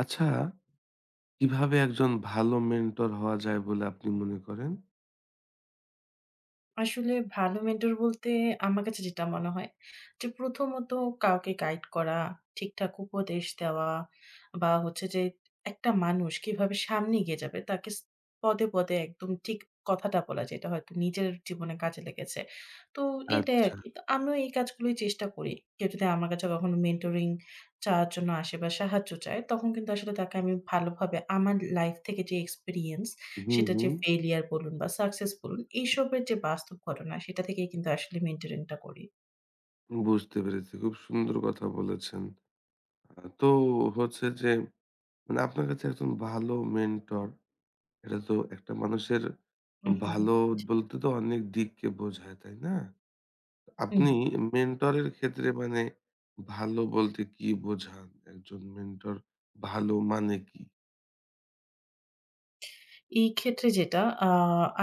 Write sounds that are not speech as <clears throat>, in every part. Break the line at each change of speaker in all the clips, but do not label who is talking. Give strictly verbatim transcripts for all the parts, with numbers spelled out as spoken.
আচ্ছা, কিভাবে একজন ভালো মেন্টর হওয়া যায় বলে আপনি মনে করেন?
আসলে ভালো মেন্টর বলতে আমার কাছে যেটা মনে হয়, যে প্রথমত কাউকে গাইড করা, ঠিকঠাক উপদেশ দেওয়া বা হচ্ছে যে একটা মানুষ কিভাবে সামনে এগিয়ে যাবে তাকে স পদে, পদে একদম ঠিক কথাটা বলা যেটা হয়তো নিজের জীবনে কাজে লেগেছে। তো এটাই
আচ্ছা।
আরকি। তো আমিও এই কাজগুলোই চেষ্টা করি। কেউ যদি আমার কাছে কখনো মেন্টরিং চাওয়ার জন্য আসে বা সাহায্য চায় তখন কিন্তু আসলে তাকে আমি ভালোভাবে আমার লাইফ থেকে যে এক্সপেরিয়েন্স,
হুম,
সেটা যে
হুম।
ফেইলিয়ার বলুন বা সাকসেস বলুন, এইসবের যে বাস্তব ঘটনা সেটা থেকেই কিন্তু আসলে মেন্টরিংটা করি।
বুঝতে পেরেছি। খুব সুন্দর কথা বলেছেন। আ তো হচ্ছে যে মানে আপনার কাছে একজন ভালো মেন্টর এটা তো একটা মানুষের
হুম, হুম, হুম।
ভালো
জি।
বলতে তো অনেক দিককে বোঝায়, তাই না?
হুম।
আপনি মেন্টরের ক্ষেত্রে মানে ভালো বলতে কি বোঝান? একজন মেন্টর ভালো মানে কি?
এই ক্ষেত্রে যেটা, আ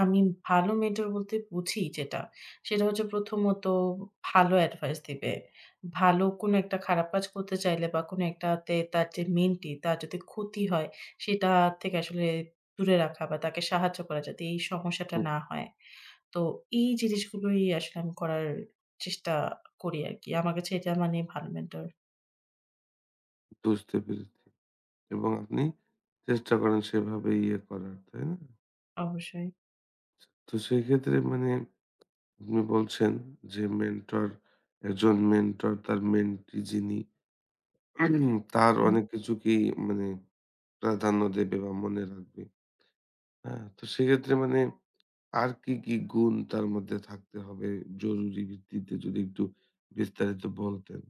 আমি ভালো মেন্টর বলতে বুঝি যেটা, সেটা হচ্ছে প্রথমত ভালো অ্যাডভাইস দিবে। ভালো কোনো একটা খারাপ কাজ করতে চাইলে বা কোনো একটাতে তার যে মেন্টি তার যদি ক্ষতি হয়, সেটা থেকে আসলে দূরে রাখা বা তাকে সাহায্য করা যাতে এই সমস্যাটা
হুম,
না হয়। তো এই জিনিসগুলোই আসলে আমি করার চেষ্টা করি আরকি। আমার কাছে এটা মানে ভালো মেন্টর
বুঝতে পেরেছি। এবং আপনি চেষ্টা করেন সেভাবে ইয়ে করার, তাই না?
অবশ্যই।
তো সেক্ষেত্রে মানে আপনি বলছেন যে মেন্টর একজন মেন্টর তার মেন্টি যিনি উম, তার
হুম।
অনেক কিছুকেই মানে প্রাধান্য দেবে বা মনে রাখবে। হ্যাঁ? তো সেক্ষেত্রে মানে আর কি, কি গুণ তার মধ্যে থাকতে হবে জরুরি ভিত্তিতে যদি একটু বিস্তারিত বলতেন।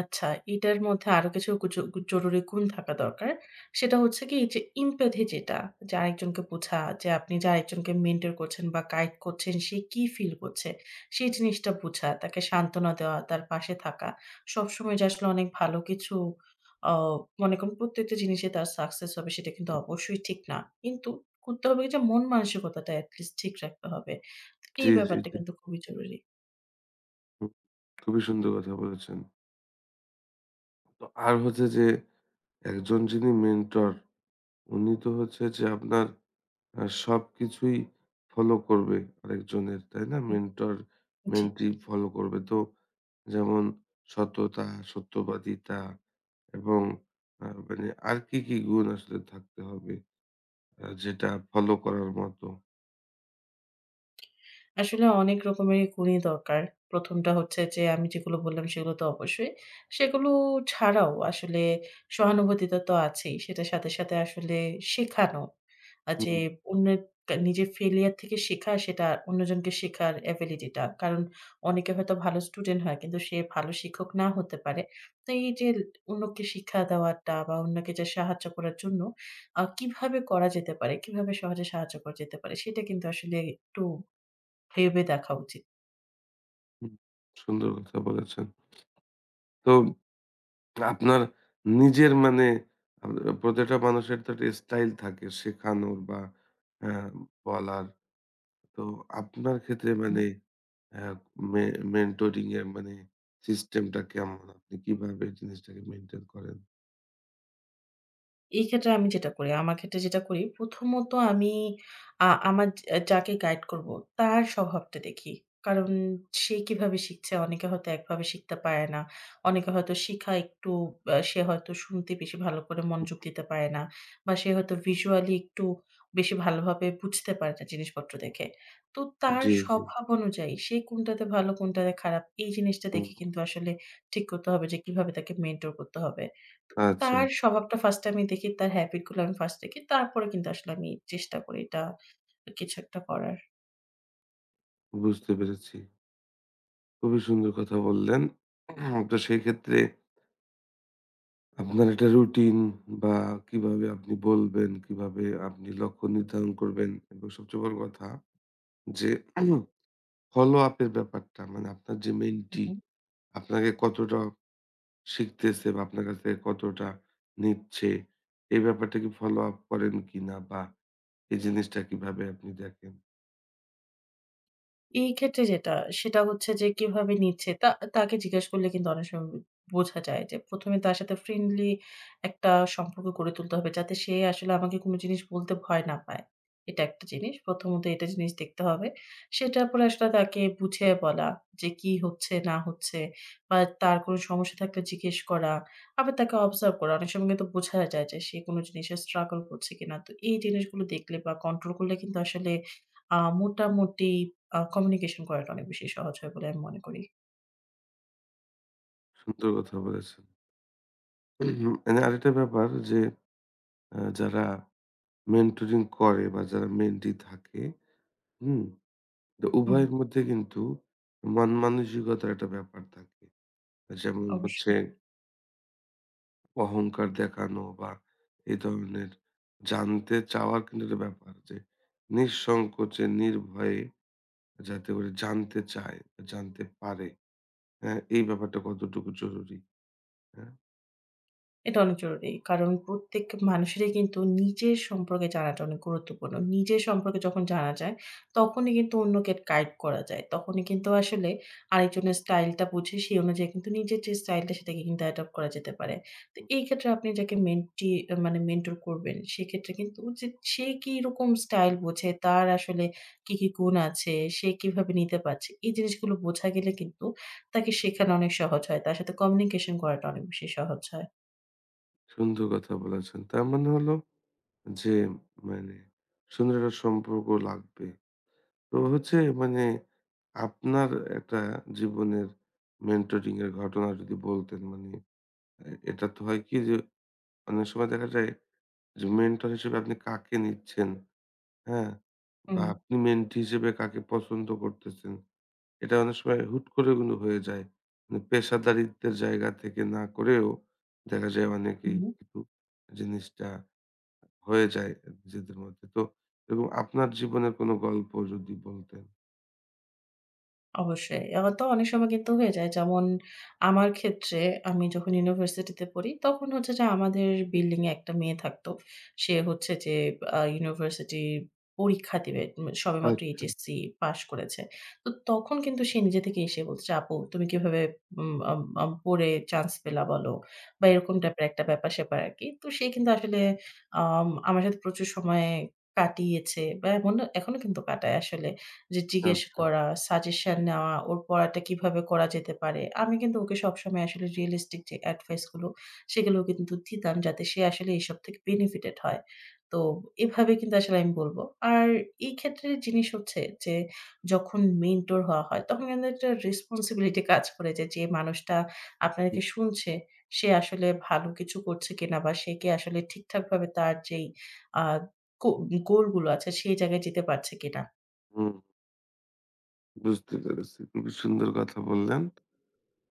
আচ্ছা, এটার মধ্যে আরো কিছু গুজ গু জরুরি গুণ থাকা দরকার। সেটা হচ্ছে কি যে empathy যেটা, যে আরেকজনকে বোঝা, যে আপনি যে আরেকজনকে মেন্টর করছেন বা গাইড করছেন সে কি ফিল করছে, সেই জিনিসটা বোঝা, তাকে সান্ত্বনা দেওয়া, তার পাশে থাকা। সবসময় যে আসলে অনেক ভালো কিছু, অ মনে করুন প্রত্যেকটা জিনিসে তার সাকসেস হবে সেটা কিন্তু অবশ্যই ঠিক না। কিন্তু করতে হবে কি, যে মন মানসিকতাটা এটলিস্ট ঠিক রাখতে হবে। তো
জি,
এই
জি,
ব্যাপারটা
জি।
কিন্তু খুবই জরুরি।
হুম। খুবই সুন্দর কথা বলেছেন। তো আর হচ্ছে যে একজন যিনি মেন্টর উনি তো হচ্ছে যে আপনার আ সবকিছুই ফলো করবে আরেকজনের, তাই না?
হুম,
মেন্টর,
জি।
মেন্টি ফলো করবে। তো যেমন সততা, সত্যবাদিতা এবং আ মানে আর কি, কি গুণ আসলে থাকতে হবে আ যেটা ফলো করার মতো?
আসলে অনেক রকমেরই গুণই দরকার। প্রথমটা হচ্ছে যে আমি যেগুলো বললাম সেগুলো তো অবশ্যই। সেগুলো ছাড়াও আসলে সহানুভূতিটা তো আছেই। সেটার সাথে, সাথে আসলে শেখানো। আ যে
হুম,
অন্যের কা নিজের failure থেকে শেখা, সেটা অন্যজনকে শেখার ability টা। কারণ অনেকে হয়তো ভালো স্টুডেন্ট হয় কিন্তু সে ভালো শিক্ষক না হতে পারে। তো এই যে অন্যকে শিক্ষা দেওয়াটা বা অন্যকে যে সাহায্য করার জন্য আ কিভাবে করা যেতে পারে, কিভাবে সহজে সাহায্য করা যেতে পারে সেটা কিন্তু আসলে একটু ভেবে দেখা উচিত।
হুম। সুন্দর কথা বলেছেন। তো আপনার নিজের মানে আ প্রত্যেকটা মানুষের তো একটা স্টাইল থাকে শেখানোর বা অ্যা বলার। তো আপনার ক্ষেত্রে
হুম।
মানে হ্যাঁ, মে মেন্টরিং এর মানে সিস্টেমটা কেমন? আপনি কিভাবে জিনিসটাকে মেইনটেইন করেন?
এই ক্ষেত্রে আমি যেটা করি, আমার ক্ষেত্রে যেটা করি, প্রথমত আমি আ আমার যা যাকে গাইড করব, তার স্বভাবটা দেখি। কারণ সে কিভাবে শিখছে? অনেকে হয়তো একভাবে শিখতে পারে না। অনেকে হয়তো শিখা একটু, আ সে হয়তো শুনতে বেশি ভালো করে মনোযোগ দিতে পারে না। বা সে হয়তো ভিজুয়ালি একটু বেশি ভালোভাবে বুঝতে পারে না জিনিসপত্র দেখে। তো তার
জি, জি।
স্বভাব অনুযায়ী সে কোনটাতে ভালো, কোনটাতে খারাপ এই জিনিসটা
হুম।
দেখে কিন্তু আসলে ঠিক করতে হবে যে কিভাবে তাকে মেন্টর করতে হবে।
আচ্ছা,
তার স্বভাবটা ফার্স্ট এ আমি দেখি, তার হ্যাবিট গুলো আমি ফার্স্ট দেখি। তারপরে কিন্তু আসলে আমি চেষ্টা করি এটা কিছু একটা করার।
বুঝতে পেরেছি। খুবই সুন্দর কথা বললেন। <clears throat> উম, তো সেক্ষেত্রে আপনার একটা রুটিন বা কিভাবে আপনি বলবেন, কিভাবে আপনি লক্ষ্য নির্ধারণ করবেন এবং সবচেয়ে বড় কথা যে <clears throat> ফলো আপ এর ব্যাপারটা মানে আপনার যে
হু,
মেন্টি
হু।
আপনাকে কতটা শিখতেছে বা আপনার কাছ থেকে কতটা নিচ্ছে, এই ব্যাপারটা কি ফলো আপ করেন কিনা? বা এই জিনিসটা কিভাবে আপনি দেখেন?
এই ক্ষেত্রে যেটা, সেটা হচ্ছে যে কিভাবে নিচ্ছে তা তাকে জিজ্ঞেস করলে কিন্তু অনেক সময় বোঝা যায়, যে প্রথমে তার সাথে ফ্রেন্ডলি একটা সম্পর্ক গড়ে তুলতে হবে যাতে সে আসলে আমাকে কোনো জিনিস বলতে ভয় না পায়। এটা একটা জিনিস। প্রথমত এটা জিনিস দেখতে হবে। সেটার পরে আসলে তাকে বুঝিয়ে বলা যে কি হচ্ছে না হচ্ছে বা তার কোনো সমস্যা থাকলে জিজ্ঞেস করা। আবার তাকে অবজার্ভ করা। অনেক সময় কিন্তু বোঝা যায় যে সে কোনো জিনিসে স্ট্রাগল করছে কিনা। তো এই জিনিসগুলো দেখলে বা কন্ট্রোল করলে কিন্তু আসলে আ মোটামুটি আ কমিউনিকেশন করাটা অনেক বেশি সহজ হয় বলে আমি মনে করি।
সুন্দর কথা বলেছেন। হুম, মানে আরেকটা ব্যাপার যে আ যারা মেন্টরিং করে বা যারা মেন্টি থাকে, হুম? তো
হুম,
উভয়ের মধ্যে কিন্তু মন মানসিকতার একটা ব্যাপার থাকে। যেমন হচ্ছে
অবশ্যই।
অহংকার দেখানো বা এই ধরনের জানতে চাওয়ার কিন্তু একটা ব্যাপার যে নিঃসংকোচে, নির্ভয়ে যাতে করে জানতে চায়, জানতে পারে, হ্যাঁ? এই ব্যাপারটা কতটুকু জরুরি, হ্যাঁ?
এটা অনেক জরুরি। কারণ প্রত্যেক মানুষেরই কিন্তু নিজের সম্পর্কে জানাটা অনেক গুরুত্বপূর্ণ। নিজের সম্পর্কে যখন জানা যায়, তখনই কিন্তু অন্যকে গাইড করা যায়। তখনই কিন্তু আসলে আরেকজনের স্টাইলটা বুঝে সেই অনুযায়ী কিন্তু নিজের যে স্টাইলটা সেটাকে কিন্তু অ্যাডপ্ট করা যেতে পারে। তো এই ক্ষেত্রে আপনি যাকে মেন্টি আ মানে মেন্টর করবেন, সেক্ষেত্রে কিন্তু যে সে কিরকম স্টাইল বোঝে, তার আসলে কি, কি গুণ আছে, সে কিভাবে নিতে পারছে, এই জিনিসগুলো বোঝা গেলে কিন্তু তাকে শেখানো অনেক সহজ হয়। তার সাথে কমিউনিকেশন করাটা অনেক বেশি সহজ হয়।
সুন্দর কথা বলেছেন। তার মানে হলো যে মানে সুন্দর একটা সম্পর্ক লাগবে। তো হচ্ছে মানে আপনার একটা জীবনের মেন্টরিং এর ঘটনা যদি বলতেন মানে এ এটা তো হয় কি যে অনেক সময় দেখা যায় যে মেন্টর হিসেবে আপনি কাকে নিচ্ছেন, হ্যাঁ? বা
হুম।
আপনি মেন্টি হিসেবে কাকে পছন্দ করতেছেন এটা অনেক সময় হুট করে কিন্তু হয়ে যায়। মানে পেশাদারিত্বের জায়গা থেকে না করেও দেখা যায় অনেকেই
হুম,
কিন্তু জিনিসটা হয়ে যায় নিজেদের মধ্যে। তো এবং আপনার জীবনের কোনো গল্প যদি বলতেন?
অবশ্যই। আবার তো অনেক সময় কিন্তু হয়ে যায়। যেমন আমার ক্ষেত্রে, আমি যখন ইউনিভার্সিটিতে পড়ি, তখন হচ্ছে যে আমাদের বিল্ডিং এ একটা মেয়ে থাকতো। সে হচ্ছে যে আ ইউনিভার্সিটি পরীক্ষা দিবে। উম সবেমাত্র
আচ্ছা।
এইচএসসি পাস করেছে। তো তখন কিন্তু সে নিজে থেকে এসে বলছে, যে "আপু তুমি কিভাবে উম আম আম পড়ে চান্স পেলা বলো?" বা
হুম,
এরকম টাইপের একটা ব্যাপার-স্যাপার আরকি। তো সে কিন্তু আসলে আম আমার সাথে প্রচুর সময় কাটিয়েছে, বা এমন না এখনো কিন্তু কাটায় আসলে। যে জিজ্ঞেস
আচ্ছা।
করা, সাজেশন নেওয়া, ওর পড়াটা কিভাবে করা যেতে পারে। আমি কিন্তু ওকে সবসময় আসলে রিয়ালিস্টিক যে এডভাইস গুলো, সেগুলো কিন্তু দিতাম যাতে সে আসলে এসব থেকে বেনিফিটেড হয়। তো এভাবে কিন্তু আসলে আমি বলব। আর এই ক্ষেত্রে জিনিস হচ্ছে যে যখন মেন্টর হওয়া হয়, তখন কিন্তু একটা রেসপনসিবিলিটি কাজ করে যে, যে মানুষটা
হুম,
আপনাকে শুনছে, সে আসলে ভালো কিছু করছে কিনা বা সে কি আসলে ঠিকঠাকভাবে তার যেই আ গো গোল গুলো আছে, সেই জায়গায় যেতে পারছে কিনা।
হুম, বুঝতে পেরেছি। খুবই সুন্দর কথা বললেন।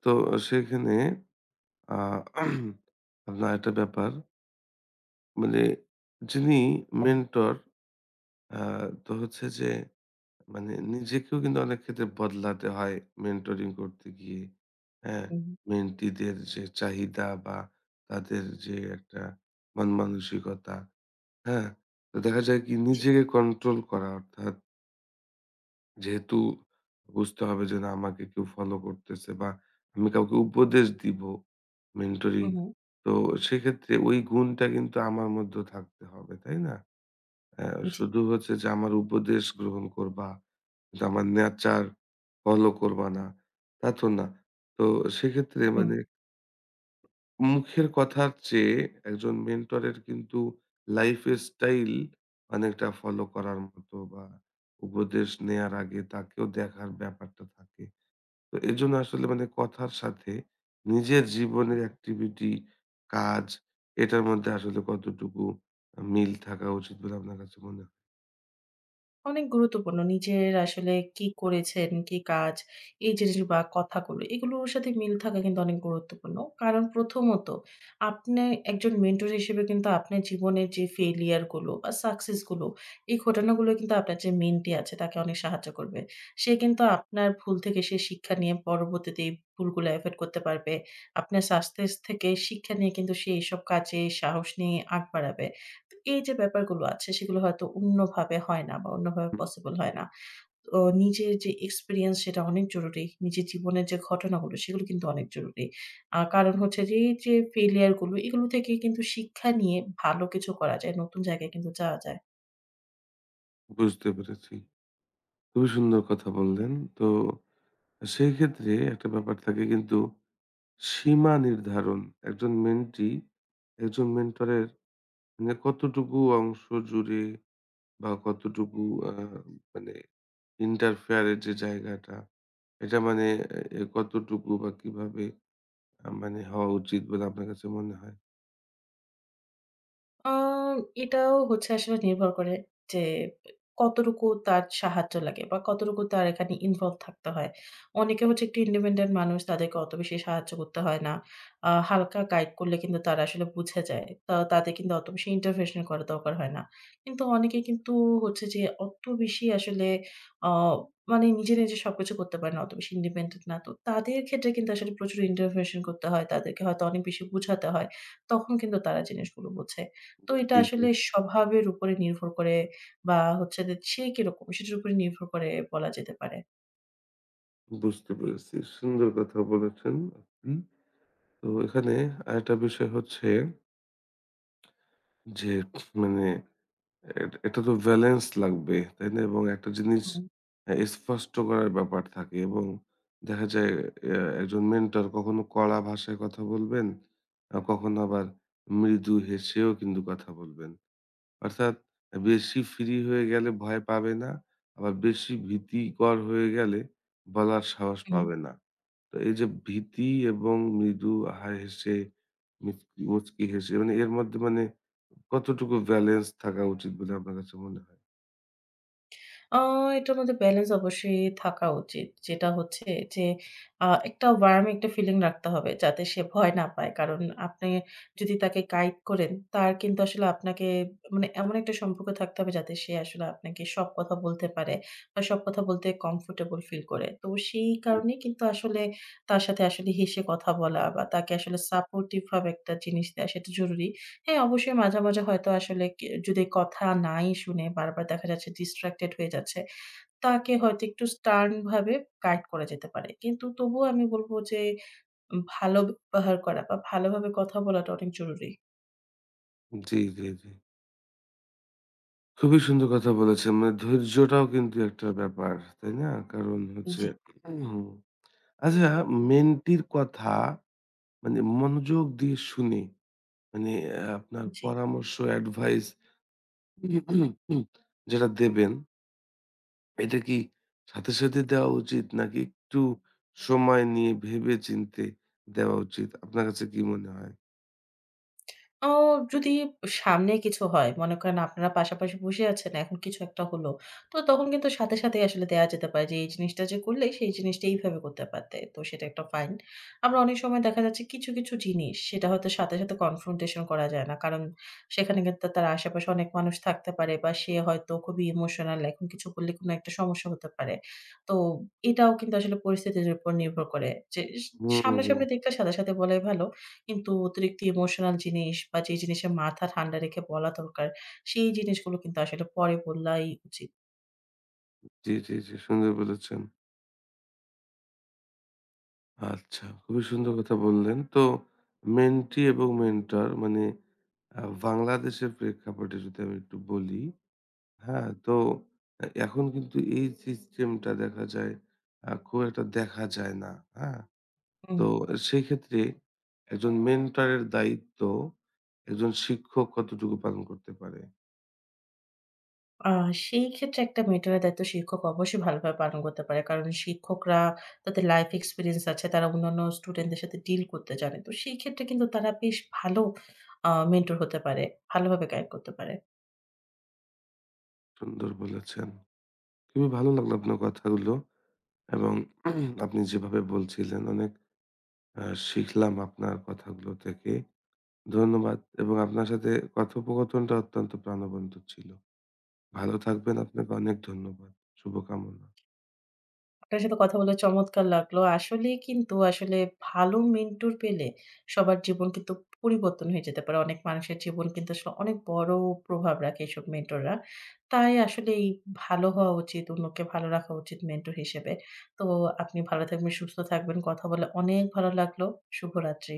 তো সেখানে আ <clears throat> আপনার একটা ব্যাপার মানে যিনি মেন্টর আ তো হচ্ছে যে মানে নিজেকেও কিন্তু অনেক ক্ষেত্রে বদলাতে হয় মেন্টরিং করতে গিয়ে। হ্যাঁ?
উম
মেন্টিদের যে চাহিদা বা তাদের যে একটা মন মানসিকতা, হ্যাঁ? তো দেখা যায় কি নিজেকে কন্ট্রোল করা অর্থাৎ যেহেতু বুঝতে হবে যে না আমাকে কেউ ফলো করতেছে বা আমি কাউকে উপদেশ দিব মেন্টরিং।
হুম, হুম।
তো সেক্ষেত্রে ওই গুণটা কিন্তু আমার মধ্যেও থাকতে হবে, তাই না? হ্যাঁ,
জি।
শুধু হচ্ছে যে আমার উপদেশ গ্রহণ করবা, কিন্তু আমার ন্যাচার ফলো করবা না, তা তো না। তো সেক্ষেত্রে
হুম,
মানে মুখের কথার চেয়ে একজন মেন্টরের কিন্তু লাইফ স্টাইল অনেকটা ফলো করার মতো বা উপদেশ নেয়ার আগে তাকেও দেখার ব্যাপারটা থাকে। তো এজন্য আসলে মানে কথার সাথে নিজের জীবনের
হুম।
অ্যাক্টিভিটি, কাজ এটার মধ্যে আসলে কতটুকু আ মিল থাকা উচিত বলে আপনার কাছে মনে
অনেক গুরুত্বপূর্ণ। নিজের আসলে কি করেছেন, কি কাজ, এই জিনিস বা কথাগুলো, এগুলোর সাথে মিল থাকা কিন্তু অনেক গুরুত্বপূর্ণ। কারণ প্রথমত আপনি একজন মেন্টর হিসেবে কিন্তু আপনার জীবনের যে ফেইলিয়ার গুলো বা সাকসেস গুলো, এই ঘটনাগুলো কিন্তু আপনার যে মেন্টি আছে তাকে অনেক সাহায্য করবে। সে কিন্তু আপনার ভুল থেকে সে শিক্ষা নিয়ে পরবর্তীতে এই ভুলগুলো এভয়েড করতে পারবে। আপনার সাকসেস থেকে শিক্ষা নিয়ে কিন্তু সে এসব কাজে সাহস নিয়ে আগ বাড়াবে। এই যে ব্যাপারগুলো আছে সেগুলো হয়তো অন্যভাবে হয় না বা অন্যভাবে
হয়?
পসিবল হয় না। তো নিজের যে এক্সপেরিয়েন্স সেটা অনেক জরুরি। নিজের জীবনের যে ঘটনাগুলো সেগুলো কিন্তু অনেক জরুরি। আ কারণ হচ্ছে যে এই যে ফেইলিয়ার গুলো এগুলো থেকে কিন্তু শিক্ষা নিয়ে ভালো কিছু করা যায়। নতুন জায়গায় কিন্তু যাওয়া যায়।
বুঝতে পেরেছি। খুবই সুন্দর কথা বললেন। তো সেই ক্ষেত্রে একটা ব্যাপার থাকে কিন্তু সীমা নির্ধারণ। একজন মেন্টি একজন মেন্টরের মানে কতটুকু অংশ জুড়ে বা কতটুকু আ মানে ইন্টারফেয়ার এর যে জায়গাটা এটা মানে এ কতটুকু বা কিভাবে আ মানে হওয়া উচিত বলে আপনার কাছে মনে হয়?
আ এটাও হচ্ছে আসলে নির্ভর করে যে কতটুকু তার সাহায্য লাগে বা কতটুকু তার এখানে ইনভলভ থাকতে হয়। অনেকে হচ্ছে একটু ইন্ডিপেন্ডেন্ট মানুষ, তাদেরকে অত বেশি সাহায্য করতে হয় না। আ হালকা গাইড করলে কিন্তু তারা আসলে বুঝে যায়। তা তাদের কিন্তু অত বেশি ইন্টারভেনশন করা দরকার হয় না। কিন্তু অনেকে কিন্তু হচ্ছে যে অত বেশি আসলে, আ মানে নিজে, নিজে সবকিছু করতে পারে না। অত বেশি ইন্ডিপেন্ডেন্ট না। তো তাদের ক্ষেত্রে কিন্তু আসলে প্রচুর ইন্টারভেনশন করতে হয়। তাদেরকে হয়তো অনেক বেশি বুঝাতে হয়। তখন কিন্তু তারা জিনিসগুলো বোঝে। তো এটা
জি, জি,
আসলে
জি।
স্বভাবের উপরে নির্ভর করে, বা হচ্ছে যে সে কিরকম সেটার উপরে নির্ভর করে বলা যেতে পারে।
বুঝতে পেরেছি। সুন্দর কথা বলেছেন আপনি। তো এখানে আরেকটা বিষয় হচ্ছে যে মানে এট এটা তো ব্যালেন্স লাগবে, তাই না? এবং একটা জিনিস
হুম,
অ্যা স্পষ্ট করার ব্যাপার থাকে এবং দেখা যায় অ্যা একজন মেন্টর কখনো কড়া ভাষায় কথা বলবেন, আ কখনো আবার মৃদু হেসেও কিন্তু কথা বলবেন। অর্থাৎ বেশি ফ্রি হয়ে গেলে ভয় পাবে না, আবার বেশি ভীতিকর হয়ে গেলে বলার সাহস
হুম।
পাবে না। তো এই যে ভীতি এবং মৃদু হায় হেসে মুচকি মুচকি হেসে মানে এর মধ্যে মানে কতটুকু ব্যালেন্স থাকা উচিত বলে আপনার কাছে মনে হয়?
আ এটার মধ্যে ব্যালেন্স অবশ্যই থাকা উচিত। যেটা হচ্ছে যে আ একটা ওয়ার্ম একটা ফিলিং রাখতে হবে যাতে সে ভয় না পায়। কারণ আপনি যদি তাকে গাইড করেন, তার কিন্তু আসলে আপনাকে মানে এমন একটা সম্পর্ক থাকতে হবে যাতে সে আসলে আপনাকে সব কথা বলতে পারে বা সব কথা বলতে কমফোর্টেবল ফিল করে। তো সেই কারণেই কিন্তু আসলে তার সাথে আসলে হেসে কথা বলা বা তাকে আসলে সাপোর্টিভ ভাবে একটা জিনিস দেয়া সেটা জরুরি। হ্যাঁ, অবশ্যই মাঝে, মাঝে হয়তো আসলে কে যদি কথা নাই শুনে বারবার দেখা যাচ্ছে distracted হয়ে যাচ্ছে, তাকে হয়তো একটু stern ভাবে গাইড করা যেতে পারে। কিন্তু তবুও আমি বলব যে ভালো ব্যবহার করা বা ভালোভাবে কথা বলাটা অনেক জরুরি।
জি, জি, জি। খুবই সুন্দর কথা বলেছেন। মানে ধৈর্যটাও কিন্তু একটা ব্যাপার, তাই না? কারণ হচ্ছে
জি,
হুম। আচ্ছা মেন্টির কথা মানে মনোযোগ দিয়ে শুনে মানে অ্যা আপনার
জি।
পরামর্শ, এডভাইস যেটা দেবেন এটা কি সাথে, সাথে দেওয়া উচিত নাকি একটু সময় নিয়ে ভেবে-চিন্তে দেওয়া উচিত? আপনার কাছে কি মনে হয়?
আ যদি সামনে কিছু হয়, মনে করেন আপনারা পাশাপাশি বসে আছেন, এখন কিছু একটা হলো। তো তখন কিন্তু সাথে, সাথেই আসলে দেয়া যেতে পারে যে, এই জিনিসটা যে করলে, সেই জিনিসটা এইভাবে করতে পারতে। তো সেটা একটা ফাইন। আবার অনেক সময় দেখা যাচ্ছে কিছু, কিছু জিনিস সেটা হয়তো সাথে, সাথে কনফ্রন্টেশন করা যায় না। কারণ সেখানে কিন্তু তার আশেপাশে অনেক মানুষ থাকতে পারে বা সে হয়তো খুবই ইমোশনাল। এখন কিছু বললে কোনো একটা সমস্যা হতে পারে। তো এটাও কিন্তু আসলে পরিস্থিতির উপর নির্ভর করে। যে স
হুম, হুম।
সামনাসামনি দেখলে সাথে, সাথে বলাই ভালো। কিন্তু অতিরিক্ত ইমোশনাল জিনিস বা যে জিনিসে মাথা ঠান্ডা রেখে বলা দরকার, সেই জিনিসগুলো কিন্তু আসলে পরে বলাই উচিত।
জি, জি, জি। সুন্দর বলেছেন। আচ্ছা, খুবই সুন্দর কথা বললেন। তো মেন্টি এবং মেন্টর মানে আ বাংলাদেশের প্রেক্ষাপটে যদি আমি একটু বলি, হ্যাঁ? তো এ এখন কিন্তু এই সিস্টেমটা দেখা যায় আ খুব একটা দেখা যায় না, হ্যাঁ?
হুম।
তো সেক্ষেত্রে একজন মেন্টরের দায়িত্ব একজন শিক্ষক কতটুকু পালন করতে পারে?
আ সেই ক্ষেত্রে একটা মেন্টরের দায়িত্ব শিক্ষক অবশ্যই ভালোভাবে পালন করতে পারে। কারণ শিক্ষকরা তাদের লাইফ এক্সপেরিয়েন্স আছে। তারা অন্যান্য স্টুডেন্টদের সাথে ডিল করতে জানে। তো সেই ক্ষেত্রে কিন্তু তারা বেশ ভালো আ মেন্টর হতে পারে। ভালোভাবে গাইড করতে পারে।
সুন্দর বলেছেন। খুবই ভালো লাগলো আপনার কথাগুলো এবং <clears throat> আপনি যেভাবে বলছিলেন অনেক আ শিখলাম আপনার কথাগুলো থেকে। ধন্যবাদ এবং আপনার সাথে কথোপকথনটা অত্যন্ত প্রাণবন্ত ছিল। ভালো থাকবেন। আপনাকে অনেক ধন্যবাদ। শুভকামনা।
আপনার সাথে কথা বলে চমৎকার লাগলো। আসলেই কিন্তু আসলে ভালো মেন্টর পেলে সবার জীবন কিন্তু পরিবর্তন হয়ে যেতে পারে। অনেক মানুষের জীবন কিন্তু আসলে অনেক বড় প্রভাব রাখে এসব মেন্টররা। তাই আসলে এই ভালো হওয়া উচিত, অন্যকে ভালো রাখা উচিত মেন্টর হিসেবে। তো আপনি ভালো থাকবেন, সুস্থ থাকবেন। কথা বলে অনেক ভালো লাগলো। শুভরাত্রি।